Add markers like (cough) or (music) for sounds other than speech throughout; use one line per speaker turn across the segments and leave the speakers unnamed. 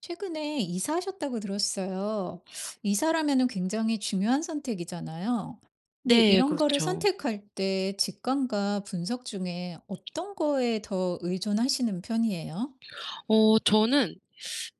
최근에 이사하셨다고 들었어요. 이사라면은 굉장히 중요한 선택이잖아요. 근데
네
이런 거를
그렇죠.
선택할 때 직감과 분석 중에 어떤 거에 더 의존하시는 편이에요?
저는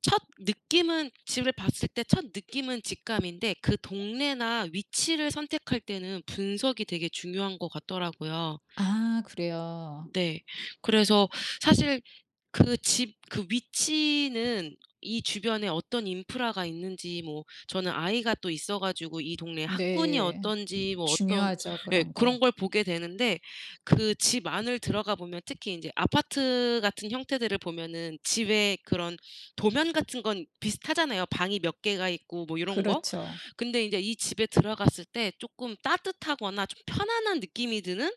첫 느낌은 집을 봤을 때 첫 느낌은 직감인데, 그 동네나 위치를 선택할 때는 분석이 되게 중요한 것 같더라고요.
아, 그래요.
네. 그래서 사실 그 집 그 위치는 이 주변에 어떤 인프라가 있는지, 뭐 저는 아이가 또 있어 가지고 이 동네 학군이
네.
어떤지, 뭐 어떤
중요하죠,
예
그런 거.
그런 걸 보게 되는데, 그 집 안을 들어가 보면 특히 인제 아파트 같은 형태들을 보면은 집에 그런 도면 같은 건 비슷하잖아요. 방이 몇 개가 있고 뭐 요런 거.
그렇죠.
근데 인제 이 집에 들어갔을 때 쪼끔 따뜻하거나 좀 편안한 느낌이 드는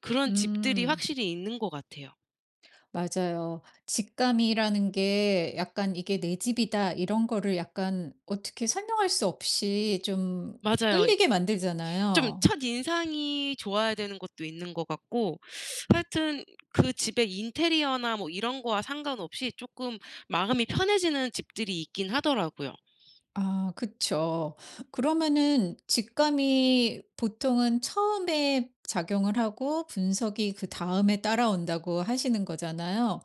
그런 집들이
음,
확실히 있는 것 같아요.
맞아요. 직감이라는 게 약간 이게 내 집이다, 이런 거를 약간 어떻게 설명할 수 없이 좀
맞아요.
끌리게
좀
만들잖아요.
첫인상이 좋아야 되는 것도 있는 것 같고, 하여튼 그 집의 인테리어나 뭐 이런 거와 상관없이 쪼끔 마음이 편해지는 집들이 있긴 하더라고요.
아, 그쵸. 그러면은 직감이 보통은 처음에 작용을 하고 분석이 그다음에 따라온다고 하시는 거잖아요.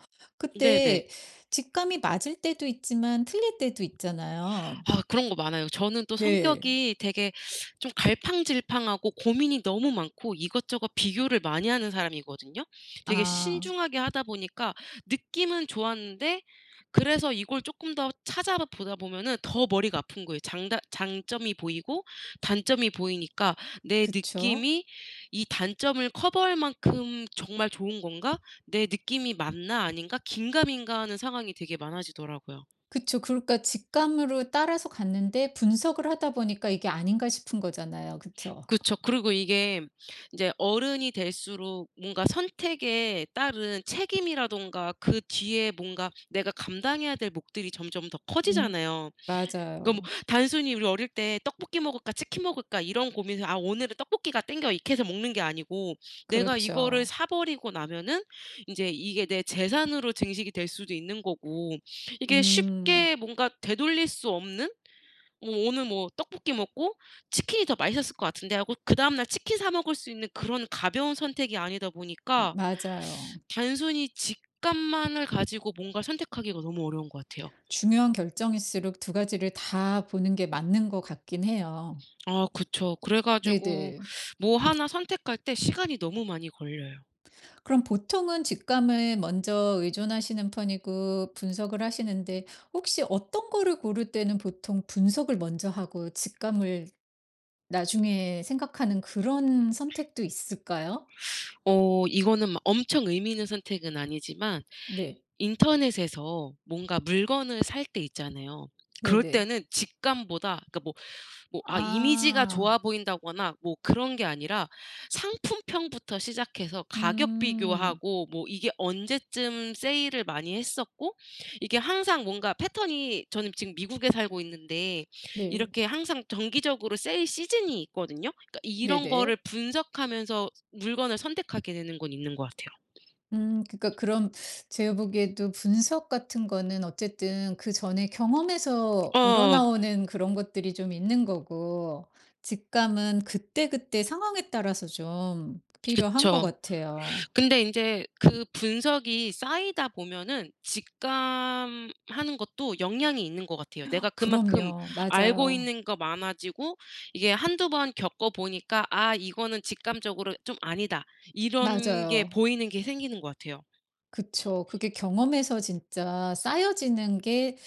네네.
그때 직감이 맞을 때도 있지만 틀릴 때도 있잖아요.
아 그런 거 많아요. 저는 또
네.
성격이 되게 좀 갈팡질팡하고 고민이 너무 많고 이것저것 비교를 많이 하는 사람이거든요. 되게
아,
신중하게 하다 보니까 느낌은 좋았는데, 그래서 이걸 쪼끔 더 찾아 보다 보면은 더 머리가 아픈 거예요. 장다 장점이 보이고 단점이 보이니까 '내
그쵸.
느낌이 이 단점을 커버할 만큼 정말 좋은 건가? 내 느낌이 맞나 아닌가?' 긴가민가하는 상황이 되게 많아지더라고요.
그쵸. 그러니까 직감으로 따라서 갔는데 분석을 하다 보니까 이게 아닌가 싶은 거잖아요. 그쵸?
그쵸. 그리고 이게 이제 어른이 될수록 뭔가 선택에 따른 책임이라든가 그 뒤에 뭔가 내가 감당해야 될 몫들이 점점 더
음,
커지잖아요. 그러니까
맞아요.
뭐 단순히 우리 어릴 때 '떡볶이 먹을까 치킨 먹을까.' 이런 고민을 '아 오늘은 떡볶이가 땡겨.' 이렇게 해서 먹는 게 아니고, 내가 이거를
그렇죠.
사 버리고 나면은 인제 이게 내 재산으로 증식이 될 수도 있는 거고, 이게
음,
쉽게 뭔가 되돌릴 수 없는, '오늘 뭐 떡볶이 먹고 치킨이 더 맛있었을 것 같은데.' 하고 그다음 날 치킨 사 먹을 수 있는 그런 가벼운 선택이 아니다 보니까
맞아요.
단순히 직감만을 가지고 뭔가 선택하기가 너무 어려운 것 같아요.
중요한 결정일수록 두 가지를 다 보는 게 맞는 것 같긴 해요.
아 그쵸. 그래 가지고
네네.
뭐 하나 선택할 때 시간이 너무 많이 걸려요.
그럼 보통은 직감을 먼저 의존하시는 편이고 분석을 하시는데 혹시 어떤 거를 고를 때는 보통 분석을 먼저 하고 직감을 나중에 생각하는 그런 선택도 있을까요?
이거는 막 엄청 의미 있는 선택은 아니지만
네.
인터넷에서 뭔가 물건을 살 때 있잖아요. 그럴
네네.
때는 직감보다, 그러니까 뭐 아 이미지가
아.
좋아 보인다거나 뭐 그런 게 아니라 상품평부터 시작해서 가격
음.
비교하고, 뭐 이게 언제쯤 세일을 많이 했었고 이게 항상 뭔가 패턴이, 저는 지금 미국에 살고 있는데
네.
이렇게 항상 정기적으로 세일 시즌이 있거든요. 그러니까 이런
네네.
거를 분석하면서 물건을 선택하게 되는 건 있는 것 같아요.
그러니까 그럼 제가 보기에도 분석 같은 거는 어쨌든 그전에 경험에서
어.
우러나오는 그런 것들이 좀 있는 거고 직감은 그때그때 상황에 따라서 좀 필요한 것
그쵸.
같아요.
근데 인제 그 분석이 쌓이다 보면은 직감하는 것도 영향이 있는 것 같아요. 내가 그만큼
그럼요.
알고
맞아요.
있는 거 많아지고, 이게 한두 번 겪어 보니까 '아 이거는 직감적으로 좀 아니다.' 이런 게
맞아요.
보이는 게 생기는 것 같아요.
그쵸. 그게 경험에서 진짜 쌓여지는 게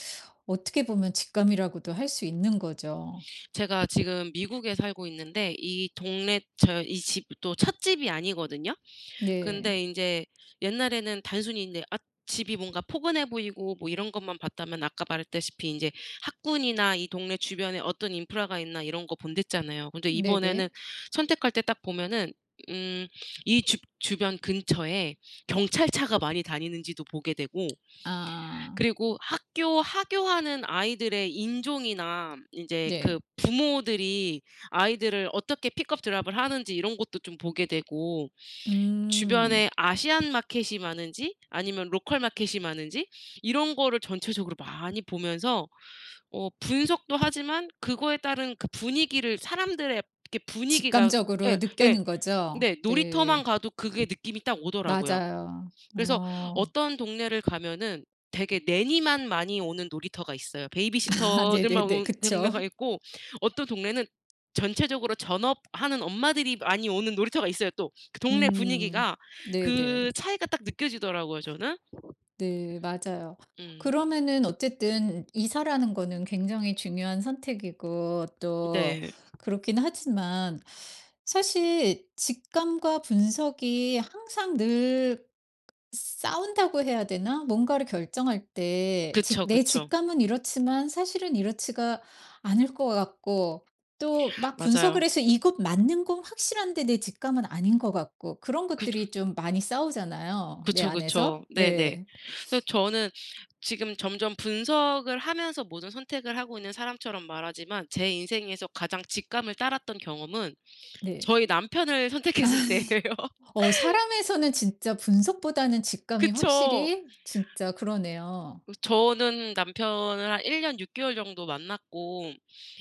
어떻게 보면 직감이라고도 할 수 있는 거죠.
제가 지금 미국에 살고 있는데 이 동네, 저 이 집도 첫 집이 아니거든요.
네.
근데 인제 옛날에는 단순히 인제 아 집이 뭔가 포근해 보이고 뭐 이런 것만 봤다면, 아까 말했다시피 인제 학군이나 이 동네 주변에 어떤 인프라가 있나 이런 거 본댔잖아요. 근데 이번에는
네네.
선택할 때 딱 보면은, 음, 이 주 주변 근처에 경찰차가 많이 다니는지도 보게 되고,
아,
그리고 학교 하교하는 아이들의 인종이나 인제 그
네.
부모들이 아이들을 어떻게 픽업 드랍을 하는지 이런 것도 좀 보게 되고,
음.
주변에 아시안 마켓이 많은지 아니면 로컬 마켓이 많은지 이런 거를 전체적으로 많이 보면서 어 분석도 하지만 그거에 따른 그 분위기를, 사람들의 이렇게 분위기가.
직감적으로
예, 예.
느껴는 거죠?
네. 놀이터만
네.
가도 그게 느낌이 딱 오더라고요.
맞아요.
그래서
어.
어떤 동네를 가면은 되게 내니만 많이 오는 놀이터가 있어요.
(laughs) 아,
베이비시터들만
네네네.
오는
그쵸.
동네가 있고, 어떤 동네는 전체적으로 전업하는 엄마들이 많이 오는 놀이터가 있어요, 또. 그 동네
음.
분위기가,
네네.
그 차이가 딱 느껴지더라고요, 저는.
네. 맞아요.
음.
그러면은 어쨌든 이사라는 거는 굉장히 중요한 선택이고 또
네.
그렇긴 하지만 사실 직감과 분석이 항상 늘 싸운다고 해야 되나? 뭔가를 결정할 때 직
그쵸,
내
그쵸.
직감은 이렇지만 사실은 이렇지가 않을 것 같고 또 막 분석을
맞아요.
해서 이것 맞는 건 확실한데 내 직감은 아닌 것 같고 그런
그
것들이 좀 많이 싸우잖아요, 내
그쵸,
안에서.
그쵸. 네네.
네.
그래서 저는 지금 점점 분석을 하면서 모든 선택을 하고 있는 사람처럼 말하지만, 제 인생에서 가장 직감을 따랐던 경험은
네.
저희 남편을 선택했을 때예요. (laughs)
어, 사람에서는 진짜 분석보다는 직감이
그쵸.
확실히 진짜 그러네요.
저는 남편을 한 1년 6 개월 정도 만났고,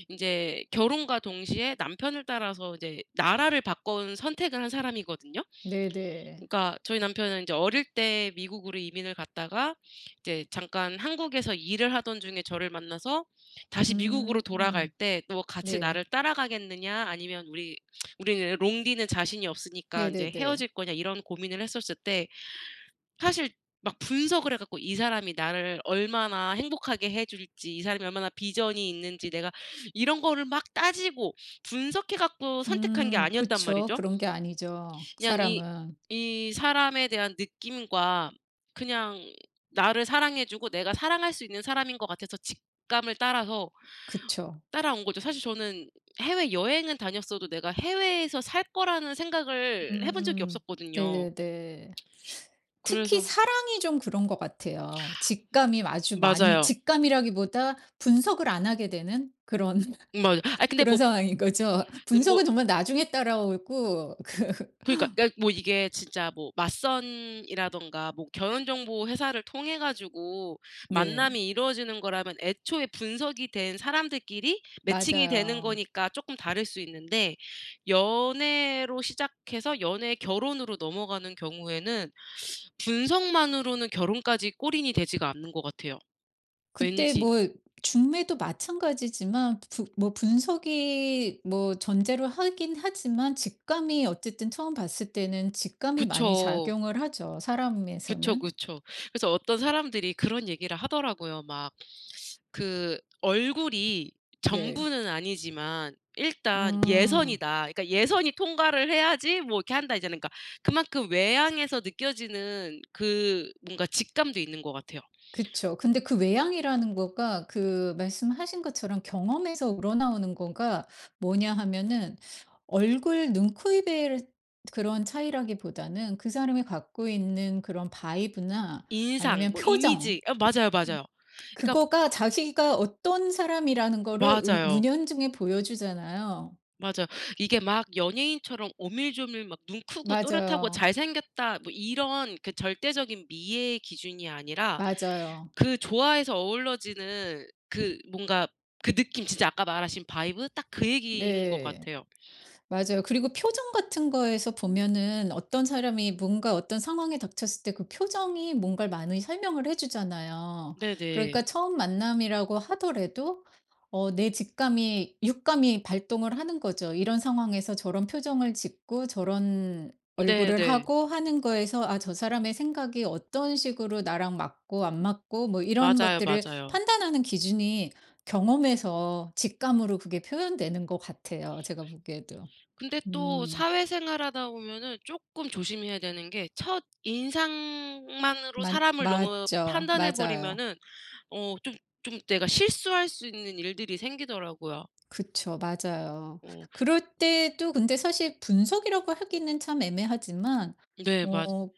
인제 결혼과 동시에 남편을 따라서 이제 나라를 바꾼 선택을 한 사람이거든요.
네네.
그러니까 저희 남편은 인제 어릴 때 미국으로 이민을 갔다가 이제 잠깐 한국에서 일을 하던 중에 저를 만나서, 다시 미국으로
음.
돌아갈
음.
때 "너 같이
네.
나를 따라가겠느냐, 아니면 우리는 롱디는 자신이 없으니까 인제
네네네.
헤어질 거냐." 이런 고민을 했었을 때, 사실 막 분석을 해 갖고 이 사람이 나를 얼마나 행복하게 해 줄지, 이 사람이 얼마나 비전이 있는지, 내가 이런 거를 막 따지고 분석해 갖고 선택한 게
음,
아니었단
그쵸.
말이죠.
그런 게 아니죠,
그냥 이
사람은.
이 사람에 대한 느낌과, 그냥 나를 사랑해 주고 내가 사랑할 수 있는 사람인 것 같아서 직감을 따라서
그쵸.
따라온 거죠. 사실 저는 해외 여행은 다녔어도 내가 해외에서 살 거라는 생각을 해본 적이
음.
없었거든요.
네네네. 특히
그래서.
사랑이 좀 그런 것 같아요. 직감이 아주 많이
맞아요.
직감이라기보다 분석을 안 하게 되는 그런
맞아요.
(laughs)
아 근데
그런
뭐
상황인 거죠.
뭐
분석은 정말 나중에 따라오고 (laughs)
그러니까 뭐 이게 진짜 뭐 맞선이라든가 뭐 결혼 정보 회사를 통해 가지고
네.
만남이 이루어지는 거라면 애초에 분석이 된 사람들끼리 매칭이 되는
맞아요.
거니까 쪼끔 다를 수 있는데, 연애로 시작해서 연애 결혼으로 넘어가는 경우에는 분석만으로는 결혼까지 골인이 되지가 않는 것 같아요,
그때
왠지.
뭐 중매도 마찬가지지만 부 뭐 분석이 뭐 전제로 하긴 하지만 직감이 어쨌든 처음 봤을 때는 직감이 많이
그쵸.
작용을 하죠,
그쵸,
사람에서는.
그쵸. 그래서 어떤 사람들이 그런 얘기를 하더라고요. 막 그 얼굴이
네.
전부는 아니지만 일단
음.
예선이다. 그러니까 '예선이 통과를 해야지 뭐 이렇게 한다.' 이제는 그러니까 그만큼 외향에서 느껴지는 그 뭔가 직감도 있는 것 같아요.
그쵸. 근데 그 외향이라는 거가 그 말씀하신 것처럼 경험에서 우러나오는 거가 뭐냐 하면은 얼굴, 눈, 코, 입의 그런 차이라기보다는 그 사람이 갖고 있는 그런 바이브나
인상
아니면
뭐
표정
이미지 맞아요, 맞아요. 그러니까
그거가 자기가 어떤 사람이라는 거를
맞아요.
문연중에 보여주잖아요.
맞아요. 이게 막 연예인처럼 오밀조밀 막 '눈 크고 또렷하고
맞아요.
잘생겼다.' 뭐 이런 그 절대적인 미의 기준이 아니라,
맞아요.
그 좋아해서 어우러지는 그 뭔가 그 느낌, 진짜 아까 말하신 바이브 딱 그 얘기인 것
네.
같아요.
맞아요. 그리고 표정 같은 거에서 보면은 어떤 사람이 뭔가 어떤 상황에 닥쳤을 때 그 표정이 뭔가를 많이 설명을 해 주잖아요.
네네.
그러니까 처음 만남이라고 하더라도 내 직감이 육감이 발동을 하는 거죠. 이런 상황에서 저런 표정을 짓고 저런 얼굴을
네네.
하고 하는 거에서 "아, 저 사람의 생각이 어떤 식으로 나랑 맞고 안 맞고." 뭐 이런
맞아요,
것들을
맞아요.
판단하는 기준이 경험에서 직감으로 그게 표현되는 것 같아요, 제가 보기에도.
근데 또
음.
사회생활하다 보면은 쪼끔 조심해야 되는 게, 첫인상만으로
맞
사람을 너무
맞죠.
판단해
맞아요.
버리면은 좀 내가 실수할 수 있는 일들이 생기더라고요.
그쵸. 맞아요.
어
그럴 때도 근데 사실 분석이라고 하기는 참 애매하지만
네 맞
어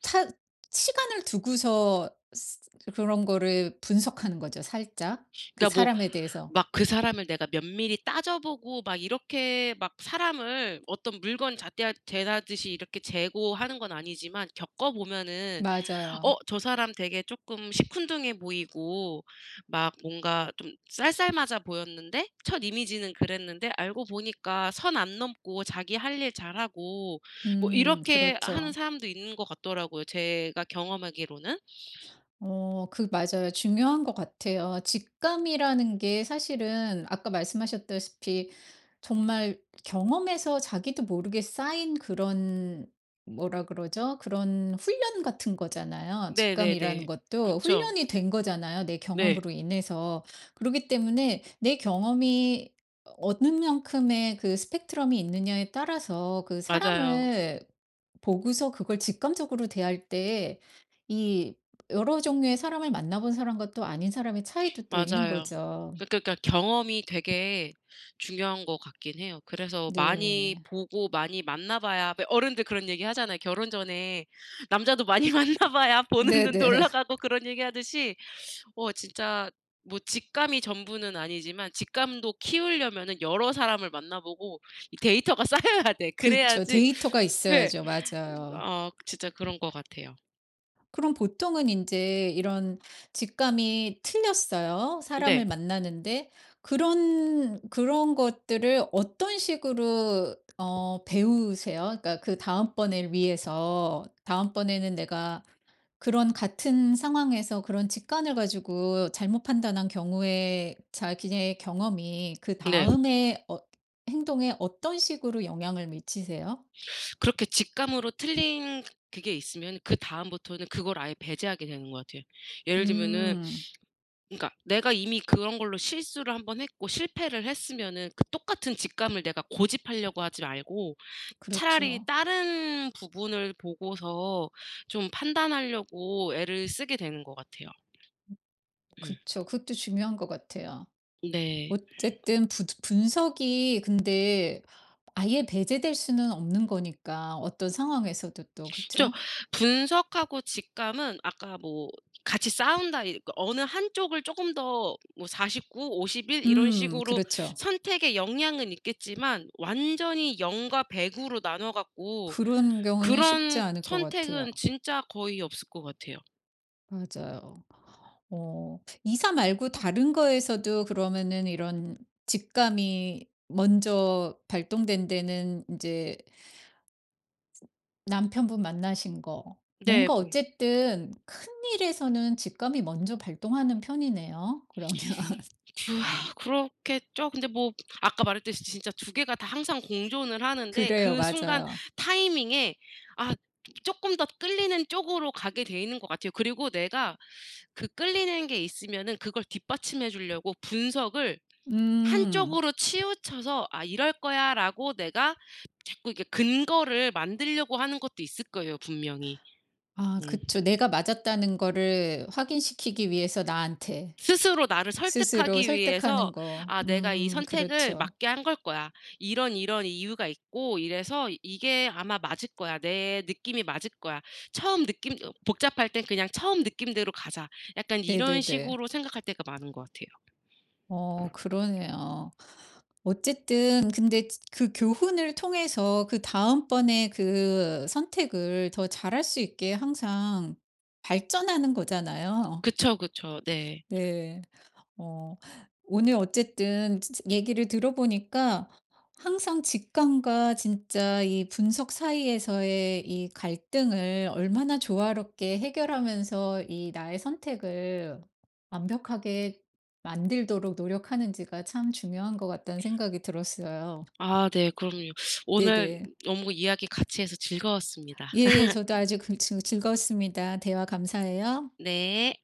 차 시간을 두고서 스 그런 거를 분석하는 거죠, 살짝. 그
그러니까 뭐
사람에 대해서.
막 그 사람을 내가 면밀히 따져 보고 막 이렇게 막 사람을 어떤 물건 잣대하 재다듯이 이렇게 재고 하는 건 아니지만, 겪어 보면은 '어
맞아요.
저 사람 되게 쪼끔 시큰둥해 보이고 막 뭔가 좀 쌀쌀맞아 보였는데, 첫 이미지는 그랬는데 알고 보니까 선 안 넘고 자기 할 일 잘하고' 뭐
음,
이렇게 하는
그렇죠.
사람도 있는 것 같더라고요, 제가 경험하기로는.
어, 맞아요. 중요한 것 같아요. 직감이라는 게 사실은 아까 말씀하셨다시피 정말 경험에서 자기도 모르게 쌓인 그런 뭐라 그러죠? 그런 훈련 같은 거잖아요. 직감이라는
네네네.
것도
그쵸.
훈련이 된 거잖아요, 내
네.
경험으로 인해서. 그렇기 때문에 내 경험이 어느 만큼의 그 스펙트럼이 있느냐에 따라서 그
맞아요.
사람을 보고서 그걸 직감적으로 대할 때 이 여러 종류의 사람을 만나본 사람과 또 아닌 사람의 차이도 또 있는
맞아요.
거죠.
그러니까 경험이 되게 중요한 것 같긴 해요. 그래서 많이
네.
보고 많이 만나 봐야. 왜 어른들 그런 얘기 하잖아요. 결혼 전에 남자도 많이 (laughs) 만나 봐야 보는 눈도
네네.
올라가고 그런 얘기 하듯이, 진짜 뭐 직감이 전부는 아니지만 직감도 키우려면은 여러 사람을 만나 보고 이 데이터가 (laughs) 쌓여야 돼.
그쵸.
그래야지.
데이터가
네.
있어야죠. 맞아요.
진짜 그런 것 같아요.
그럼 보통은 인제 이런 직감이 틀렸어요, 사람을
네.
만나는데. 그런 것들을 어떤 식으로 배우세요? 그러니까 그 다음번을 위해서 다음번에는 내가 그런 같은 상황에서 그런 직관을 가지고 잘못 판단한 경우에 자기의 경험이
네.
그다음에 행동에 어떤 식으로 영향을 미치세요?
그렇게 직감으로 틀린 그게 있으면 그다음부터는 그걸 아예 배제하게 되는 것 같아요. 예를 들면은,
음.
그러니까 내가 이미 그런 걸로 실수를 한번 했고 실패를 했으면은 그 똑같은 직감을 내가 고집하려고 하지 말고, 차라리
그렇죠.
다른 부분을 보고서 좀 판단하려고 애를 쓰게 되는 것 같아요. 음.
그쵸. 그것도 중요한 것 같아요.
네.
어쨌든 부 분석이 근데 아예 배제될 수는 없는 거니까 어떤 상황에서도 또,
그죠.
그쵸?
분석하고 직감은 아까 뭐 같이 싸운다 이 그 어느 한쪽을 쪼금 더 뭐 49, 51 이런
음,
식으로
그렇죠.
선택에 영향은 있겠지만, 완전히 0과 100 으로 나눠 갖고
그런 경우는 쉽지
그런
않을 것 같아요.
선택은 진짜 거의 없을 것 같아요.
맞아요. 이사 말고 다른 거에서도 그러면은 이런 직감이 먼저 발동된 데는 이제 남편분 만나신 거.
네.
뭔가
뭐
어쨌든 큰 일에서는 직감이 먼저 발동하는 편이네요, 그러면. (laughs)
그 아, 그렇겠죠. 근데 뭐 아까 말했듯이 진짜 두 개가 다 항상 공존을 하는데,
그래요.
그 순간
맞아요.
타이밍에 아 쪼끔 더 끌리는 쪽으로 가게 돼 있는 것 같아요. 그리고 내가 그 끌리는 게 있으면은 그걸 뒷받침해 주려고 분석을
음.
한쪽으로 치우쳐서 '아 이럴 거야.'라고 내가 자꾸 이게 근거를 만들려고 하는 것도 있을 거예요, 분명히.
아,
음.
그쵸. 내가 맞았다는 거를 확인시키기 위해서 나한테
스스로 나를
스스로
설득하기 위해서
설득하는 거.
'아 내가 이
음,
선택을
그렇죠.
맞게 한 걸 거야. 이런 이런 이유가 있고 이래서 이게 아마 맞을 거야. 내 느낌이 맞을 거야. 처음 느낌.' 어 복잡할 땐 '그냥 처음 느낌대로 가자.' 약간 이런
네네네.
식으로 생각할 때가 많은 것 같아요.
그러네요. 어쨌든 근데 그 교훈을 통해서 그 다음번에 그 선택을 더 잘할 수 있게 항상 발전하는 거잖아요.
그쵸, 그쵸. 네.
네. 어 오늘 어쨌든 지 얘기를 들어보니까 항상 직감과 진짜 이 분석 사이에서의 이 갈등을 얼마나 조화롭게 해결하면서 이 나의 선택을 완벽하게 만들도록 노력하는지가 참 중요한 것 같다는 생각이 들었어요.
아 네 그럼요. 오늘
네네.
너무 이야기 같이 해서 즐거웠습니다.
예,
(laughs)
저도 아주 그 즐 즐거웠습니다. 대화 감사해요.
네.